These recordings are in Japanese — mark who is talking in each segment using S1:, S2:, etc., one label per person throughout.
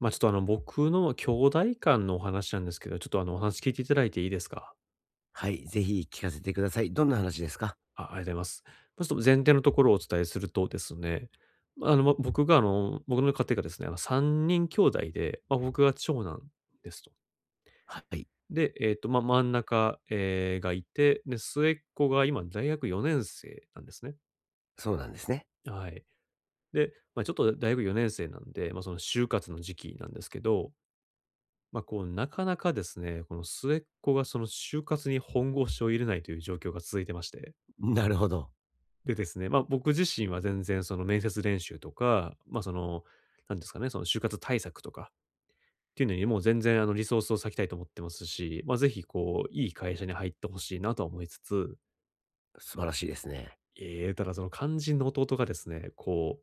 S1: まあ、ちょっとあの、僕の兄弟間のお話なんですけど、ちょっとあの、お話聞いていただいていいですか？
S2: はい、ぜひ聞かせてください。どんな話ですか？
S1: あ、ありがとうございます。ちょっと前提のところをお伝えするとですね、僕の家庭がですね、あの、3人兄弟で、まあ、僕が長男ですと。
S2: はい、
S1: で、まあ、真ん中、がいて、で、末っ子が今大学4年生なんですね。
S2: そうなんですね。
S1: はい。で、まあ、ちょっと大学4年生なんで、まあ、その就活の時期なんですけど、まあ、こう、なかなかですね、この末っ子がその就活に本腰を入れないという状況が続いてまして。
S2: なるほど。
S1: でですね、まあ、僕自身は全然その面接練習とか、まあ、その、なんですかね、その就活対策とかっていうのにもう全然あのリソースを割きたいと思ってますし、まあ、ぜひこう、いい会社に入ってほしいなとは思いつつ、
S2: 素晴らしいですね。
S1: ええ、ただその肝心の弟がですね、こ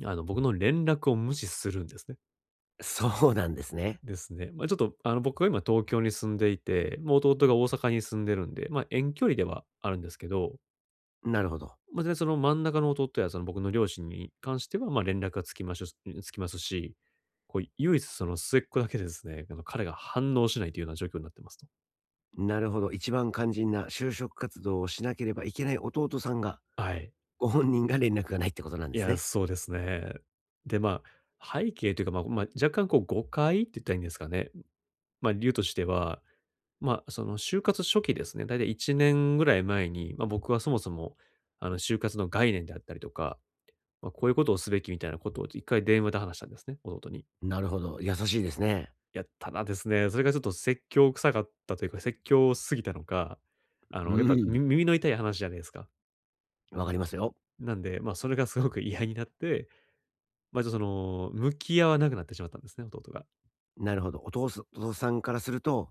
S1: う、あの、僕の連絡を無視するんですね。
S2: そうなんですね。
S1: ですね。まあ、ちょっと、あの、僕が今東京に住んでいて、もう弟が大阪に住んでるんで、まあ、遠距離ではあるんですけど、
S2: なるほど。
S1: まあ、全然その真ん中の弟やその僕の両親に関しては、まあ、連絡がつきますし、こう、唯一その末っ子だけですね、あの、彼が反応しないというような状況になってますと。
S2: なるほど。一番肝心な就職活動をしなければいけない弟さんが、
S1: はい。
S2: ご本人が連絡がないってことなんで
S1: い
S2: す
S1: や、
S2: ね。
S1: そうですね。で、まあ、背景というか、まあ、若干こう誤解って言ったらいいんですかね。まあ、理由としては、まあ、その就活初期ですね、だいたい1年ぐらい前に、まあ、僕はそもそも、あの、就活の概念であったりとか、まあ、こういうことをすべきみたいなことを一回電話で話したんですね、弟に。
S2: なるほど、優しいですね。
S1: いや、ただですね、それがちょっと説教臭かったというか、説教すぎたのか、あ
S2: う
S1: の、やっぱ
S2: ん、
S1: 耳の痛い話じゃないですか。
S2: わかりますよ。
S1: なんで、まあ、それがすごく嫌になって、まあ、ちょっとその、向き合わなくなってしまったんですね、弟が。
S2: なるほど。お父さんからすると、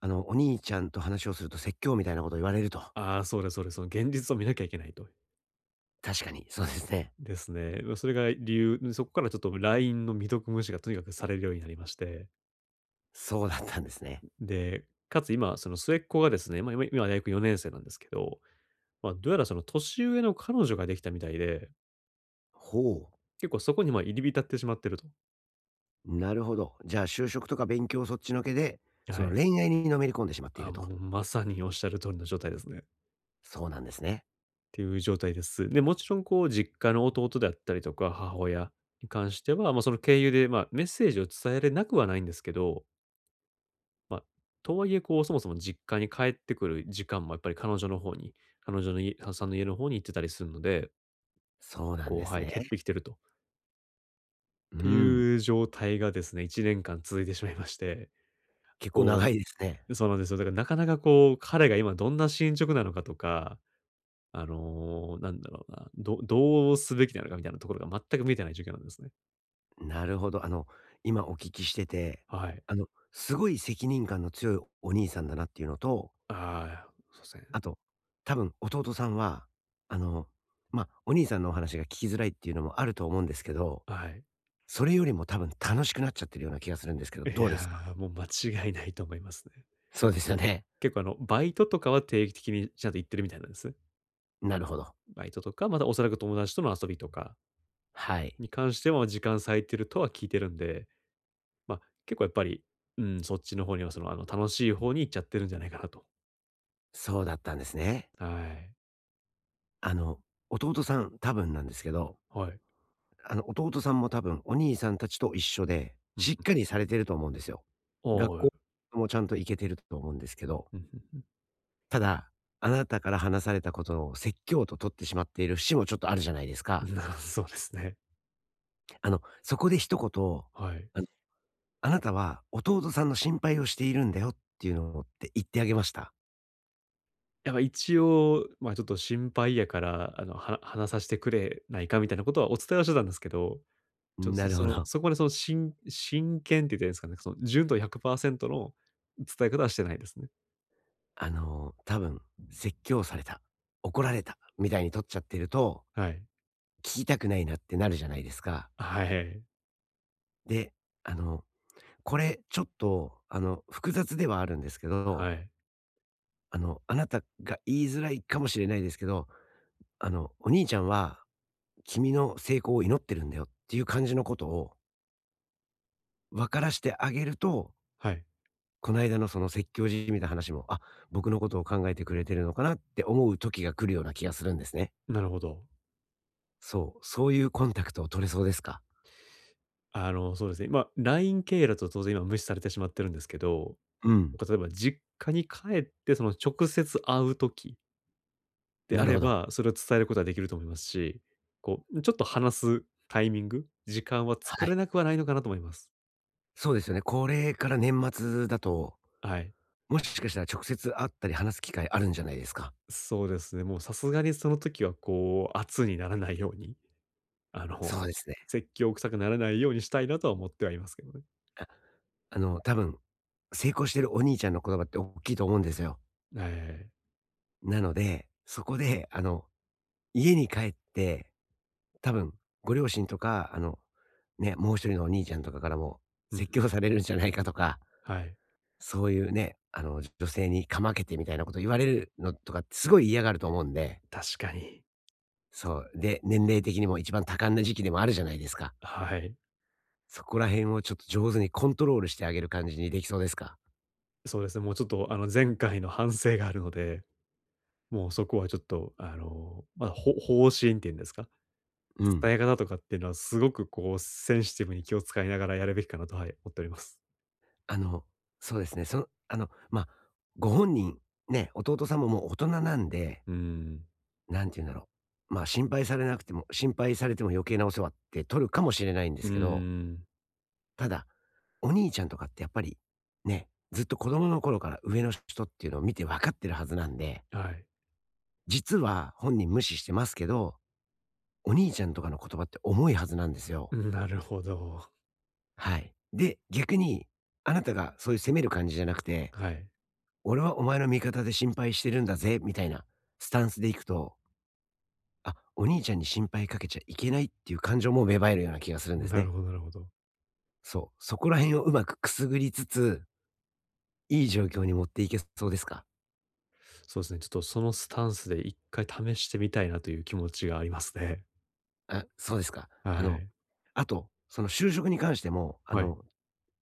S2: お兄ちゃんと話をすると説教みたいなことを言われると。
S1: ああ、そうです、そうです。その現実を見なきゃいけないと。
S2: 確かに、そうですね。
S1: ですね。ま、それが理由そこからちょっと LINE の未読無視がとにかくされるようになりまして。
S2: そうだったんですね。
S1: で、かつ今、その末っ子がですね、まあ、今大学4年生なんですけど、まあ、どうやらその年上の彼女ができたみたいで、
S2: ほう。
S1: 結構そこに、ま、入り浸ってしまってると。
S2: なるほど。じゃあ就職とか勉強そっちのけで、そ
S1: は
S2: の
S1: い。
S2: 恋愛にのめり込んでしまってい
S1: ああ、
S2: る
S1: も
S2: と。
S1: うまさにおっしゃる通りの状態ですね。
S2: そうなんですね。
S1: っていう状態です。で、もちろんこう実家の弟であったりとか、母親に関しては、まあ、その経由で、まあ、メッセージを伝えれなくはないんですけど、まあ、とはいえこう、そもそも実家に帰ってくる時間もやっぱり彼女の方に、彼女さんの家の方に行ってたりするので、
S2: そうなん
S1: こう、
S2: です
S1: はい、
S2: ね。
S1: 減ってきてると。っ
S2: う
S1: て
S2: ん。
S1: いう状態がですね、1年間続いてしまいまして、
S2: 結構
S1: こ
S2: 長いですね。
S1: そうなんですよ。だからなかなかこう、彼が今どんな進捗なのかとか、あの、なんだろうな、どうすべきなのかみたいなところが全く見えてない状況なんですね。
S2: なるほど。今お聞きしてて、
S1: はい。
S2: すごい責任感の強いお兄さんだなっていうのと、
S1: ああ、そうですね。
S2: あと、多分弟さんは、あの、お兄さんのお話が聞きづらいっていうのもあると思うんですけど、
S1: はい。
S2: それよりも多分楽しくなっちゃってるような気がするんですけど、
S1: い
S2: どうですか？
S1: やー、もう間違いないと思いますね。
S2: そうですよね。
S1: 結構あの、バイトとかは定期的にちゃんと行ってるみたいなんです。
S2: なるほど。
S1: バイトとか、またおそらく友達との遊びとか
S2: はい。
S1: に関しては、時間割いてるとは聞いてるんで、ま、結構やっぱり、うん、そっちの方にはその、あの、楽しい方に行っちゃってるんじゃないかなと。
S2: そうだったんですね。
S1: はい。
S2: あの、弟さん、多分なんですけど、
S1: はい。
S2: 弟さんも多分お兄さんたちと一緒で、
S1: う
S2: し
S1: ん
S2: っ
S1: うん。
S2: かりされてると思うんですよ。学
S1: は
S2: 校
S1: い。
S2: もちゃんと行けてると思うんですけど、
S1: うん、うん。
S2: ただ、あなたから話されたことを説教と取ってしまっている節もちょっとあるじゃないですか。
S1: そうですね。
S2: あの、そこで一言、
S1: はい。
S2: あの、あなたは弟さんの心配をしているんだよっていうのって言ってあげました。
S1: やっぱ一応、ま、ちょっと心配やから、あの、話させてくれないかみたいなことはお伝えはしてたんですけど、ちょっと、
S2: なるほど。
S1: そこまでその真剣って言ったらいいんですかね、その純度100%の伝え方はしてないですね。
S2: 多分、説教された、怒られた、みたいに取っちゃってると、
S1: はい。
S2: 聞きたくないなってなるじゃないですか。
S1: はい。
S2: で、あの、これちょっと、複雑ではあるんですけ
S1: は
S2: ど、
S1: い。
S2: あなたが言いづらいかもしれないですけど、あの、お兄ちゃんは君の成功を祈ってるんだよっていう感じのことを分からしてあげると、
S1: はい。
S2: この間のその説教じみた話も、あ、僕のことを考えてくれてるのかなって思う時が来るような気がするんですね。
S1: なるほど。
S2: そう、そういうコンタクトを取れそうですか？
S1: あの、そうですね、ま、LINE 経由だと当然今無視されてしまってるんですけど、
S2: う
S1: な
S2: ん、
S1: んか例えば実家に帰ってその直接会う時で
S2: な
S1: あ
S2: る
S1: れ
S2: ほど。
S1: ば、それを伝えることはできると思いますし、こう、ちょっと話すタイミング、時間は
S2: は
S1: 作れ
S2: い。
S1: なくはないのかなと思います。
S2: そうですよね。これから年末だと
S1: はい。
S2: もしかしたら直接会ったり話す機会あるんじゃないですか？
S1: そうですね、もうさすがにその時はこう、圧にならないようにあの、
S2: そうですね。
S1: 説教臭くならないようにしたいなとは思ってはいますけどね。
S2: あ、多分、成功してるお兄ちゃんの言葉って大きいと思うんですよ。
S1: ええ。
S2: なので、そこで、家に帰って、多分ご両親とか、ね、もう一人のお兄ちゃんとかからも
S1: うんう
S2: 説
S1: ん。
S2: 教されるんじゃないかとか、
S1: はい。
S2: そういうね、女性にかまけてみたいなこと言われるのとかってすごい嫌がると思うんで、
S1: 確かに。
S2: そう、で、年齢的にも一番多感な時期でもあるじゃないですか。
S1: はい。
S2: そこら辺をちょっと上手にコントロールしてあげる感じにできそうですか？
S1: そうですね、もうちょっとあの、前回の反省があるので、もうそこはちょっとあの、まあ、方針っていうんですか、
S2: うん。
S1: 伝え方とかっていうのはすごくこう、センシティブに気を使いながらやるべきかなと、はい、思っております。
S2: あの、そうですね。その、ご本人、ね、弟さんももう大人なんで、
S1: うーん。
S2: なんて言うんだろう、まあ、心配されなくても心配されても余計なお世話って取るかもしれないんで
S1: うー
S2: すけど、
S1: ん。
S2: ただ、お兄ちゃんとかってやっぱり、ね、ずっと子供の頃から上の人っていうのを見て分かってるはずなんで、
S1: はい。
S2: 実は本人無視してますけど、お兄ちゃんとかの言葉って重いはずなんですよ。
S1: なるほど。
S2: はい。で、逆に、あなたがそういう責める感じじゃなくて、
S1: はい。
S2: 俺はお前の味方で心配してるんだぜ、みたいなスタンスでいくと、あ、お兄ちゃんに心配かけちゃいけないっていう感情も芽生えるような気がするんです
S1: なる
S2: ね。
S1: ほど、なるほど。
S2: そう。そこら辺をうまくくすぐりつつ、いい状況に持っていけそうですか？
S1: そうですね、ちょっとそのスタンスで一回試してみたいなという気持ちがありますね。
S2: あ、そうですか。あ
S1: は
S2: の、
S1: い。
S2: あと、その就職に関しても、
S1: はい。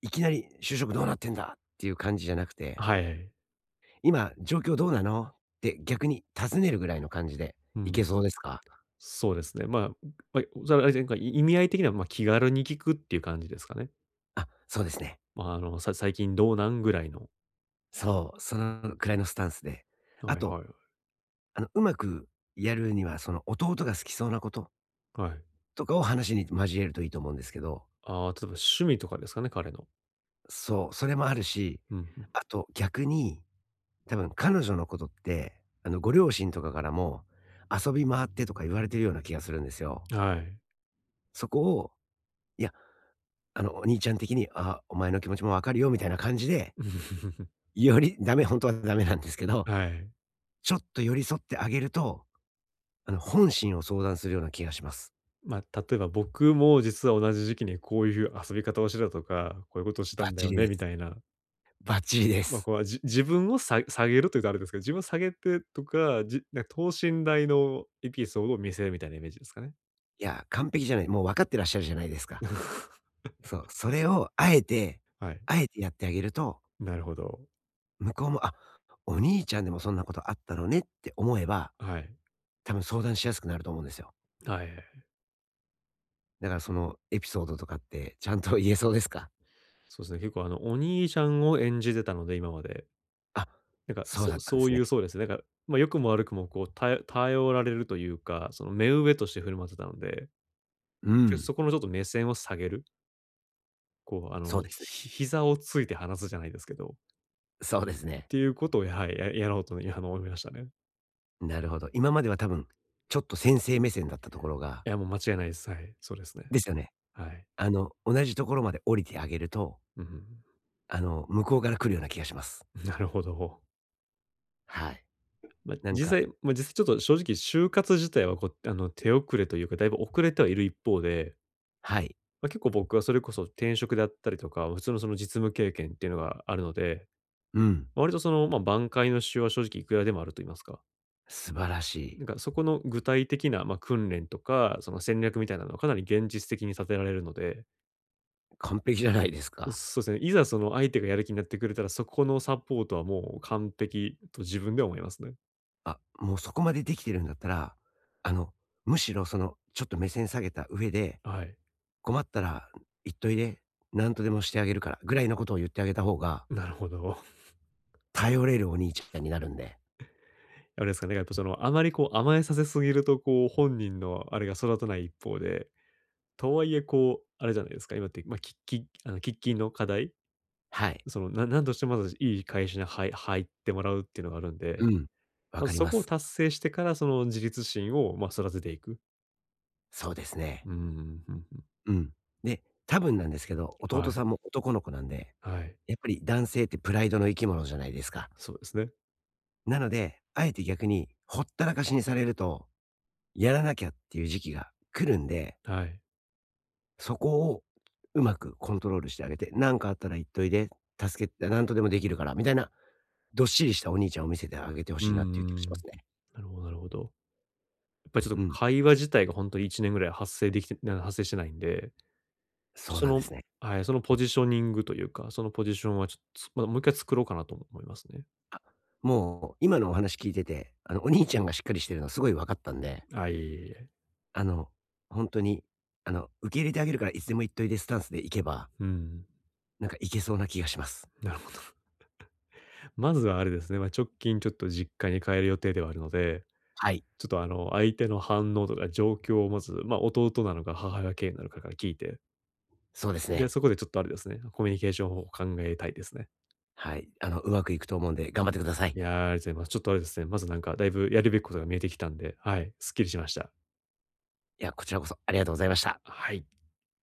S2: いきなり就職どうなってんだっていう感じじゃなくて、
S1: はい。
S2: 今、状況どうなのって逆に尋ねるぐらいの感じで
S1: う
S2: い
S1: ん。
S2: けそうですか？
S1: そうですね。まあ、それはあれですね、なんか意味合い的には、まあ、気軽に聞くっていう感じですかね。
S2: あ、そうですね。
S1: まあ、あの、最近どうなんぐらいの。
S2: そう、そのくらいのスタンスで。あ
S1: はい、はい、
S2: と、
S1: はい。
S2: うまくやるには、その弟が好きそうなこと
S1: はい。
S2: とかを話に交えるといいと思うんですけど、
S1: ああ、例えば趣味とかですかね、彼の。
S2: そう、それもあるし、
S1: うん、う
S2: あと逆に、多分彼女のことって、ご両親とかからも、遊び回ってとか言われてるような気がするんですよ。
S1: ん。はい。
S2: そこを、いや、お兄ちゃん的に、あ、お前の気持ちもわかるよみたいな感じで、より、ダメ、本当はダメなんですけど、
S1: はい。
S2: ちょっと寄り添ってあげると、本心を相談するような気がします。
S1: まあ、例えば僕も実は同じ時期にこういう遊び方をしてたとか、こういうことをした
S2: バッ
S1: んだ
S2: チ
S1: よ
S2: リ
S1: ね
S2: で
S1: み
S2: す。
S1: たいな。
S2: バッチリで
S1: まあ、
S2: す。
S1: こう、自分を下げるというとあれですけど、自分を下げてとか、なんか等身大のエピソードを見せるみたいなイメージですかね。
S2: いや、完璧じゃない、もう分かってらっしゃるじゃないですか。そう、それをあえて
S1: はい。
S2: あえてやってあげると、
S1: なるほど。
S2: 向こうも、あ、お兄ちゃんでもそんなことあったのねって思えば、
S1: はい。
S2: 多分相談しやすくなると思うんですよ。
S1: はい。
S2: だからそのエピソードとかってちゃんと言えそうですか？
S1: そうですね、結構あの、お兄ちゃんを演じてたので、今まで。
S2: あ、
S1: なんか、
S2: そうだ
S1: そ
S2: ったんで
S1: そう
S2: す
S1: い
S2: ね。
S1: うそうですね、なんか、まあ、良くも悪くもこう、頼られるというか、その目上として振る舞ってたので、
S2: う
S1: ちょ
S2: ん、
S1: そこのちょっと目線を下げる、こうあ
S2: そう
S1: の、
S2: ですね。
S1: 膝をついて話すじゃないですけど、
S2: そうです
S1: っ
S2: ね。
S1: ていうことを、はい、やろうとね、あの、思いましたね。
S2: なるほど。今までは多分ちょっと先生目線だったところが
S1: いや、もう間違いないです。はい、そうですね。
S2: ですよね。
S1: はい。
S2: 同じところまで降りてあげると、
S1: うん。
S2: 向こうから来るような気がします。
S1: なるほど。
S2: はい。
S1: まあ、
S2: なん
S1: 実
S2: か
S1: 際、ちょっと正直就活自体はこう、あの、手遅れというか、だいぶ遅れてはいる一方で、
S2: はい。
S1: まあ、結構僕はそれこそ転職であったりとか、普通のその実務経験っていうのがあるので、
S2: うん。
S1: 割とその、まあ、挽回の手は正直いくらでもあると言いますか。
S2: 素晴らし
S1: な
S2: い。
S1: んかそこの具体的な、まあ、訓練とか、その戦略みたいなのはかなり現実的に立てられるので、
S2: 完璧じゃないですか。
S1: そうですね、いざその相手がやる気になってくれたら、そこのサポートはもう完璧と自分では思いますね。
S2: あ、もうそこまでできてるんだったら、あの、むしろその、ちょっと目線下げた上で、
S1: はい。
S2: 困ったら言っといで、なんとでもしてあげるからぐらいのことを言ってあげた方が、
S1: なるほど。
S2: 頼れるお兄ちゃんになるんで。
S1: あれですかね、やっぱその、あまりこう甘えさせすぎると、こう本人のあれが育たない一方で、とはいえこう、あれじゃないですか、今って、まあ、喫緊の課題、
S2: はい。
S1: その、なんとしてもまずいい会社に入ってもらうっていうのがあるんで、
S2: うん。わ
S1: ま、
S2: かり
S1: そ
S2: ま
S1: こを
S2: す。
S1: 達成してから、その自立心を、まあ、育てていく。
S2: そうですね。
S1: うんうん、ふんふん。
S2: うん。で、多分なんですけど、弟
S1: はい。
S2: さんも男の子なんで
S1: はい。
S2: やっぱり男性ってプライドの生き物じゃないですか。
S1: そうですね。
S2: なので、あえて逆にほったらかしにされると、やらなきゃっていう時期が来るんで、
S1: はい。
S2: そこをうまくコントロールしてあげて、なんかあったら言っといで、助けてなんとでもできるから、みたいな、どっしりしたお兄ちゃんを見せてあげてほ
S1: う
S2: し
S1: んう
S2: いなっていう気がしま
S1: ん、
S2: すね。
S1: なるほど、なるほど。やっぱりちょっ
S2: う
S1: と
S2: ん。
S1: 会話自体が本当に1年ぐらい発生してないんで、
S2: そう
S1: そ
S2: なんで
S1: の
S2: すね。
S1: はい、そのポジショニングというか、そのポジションはちょっと、ま、もう一回作ろうかなと思いますね。
S2: あ、もう今のお話聞いてて、お兄ちゃんがしっかりしてるのすごい分かったんで、
S1: あ、いえ、いえ、いえ。
S2: あの、本当に、受け入れてあげるからいつでも言っといでスタンスでいけば
S1: うん、
S2: なんかいけそうな気がします。
S1: なるほど。まずはあれですね、ま、直近ちょっと実家に帰る予定ではあるので、
S2: はい。
S1: ちょっとあの、相手の反応とか状況をまず、ま、弟なのか母親経由なのかから聞いて、
S2: そうです
S1: で、
S2: ね。
S1: そこでちょっとあれですね、コミュニケーション方法を考えたいですね。
S2: はい。うまくいくと思うんで頑張ってください。
S1: いや、ありがとうございます。ちょっとあれですね、まずなんかだいぶやるべきことが見えてきたんで、はい、すっきりしました。
S2: いや、こちらこそありがとうございました。
S1: はい。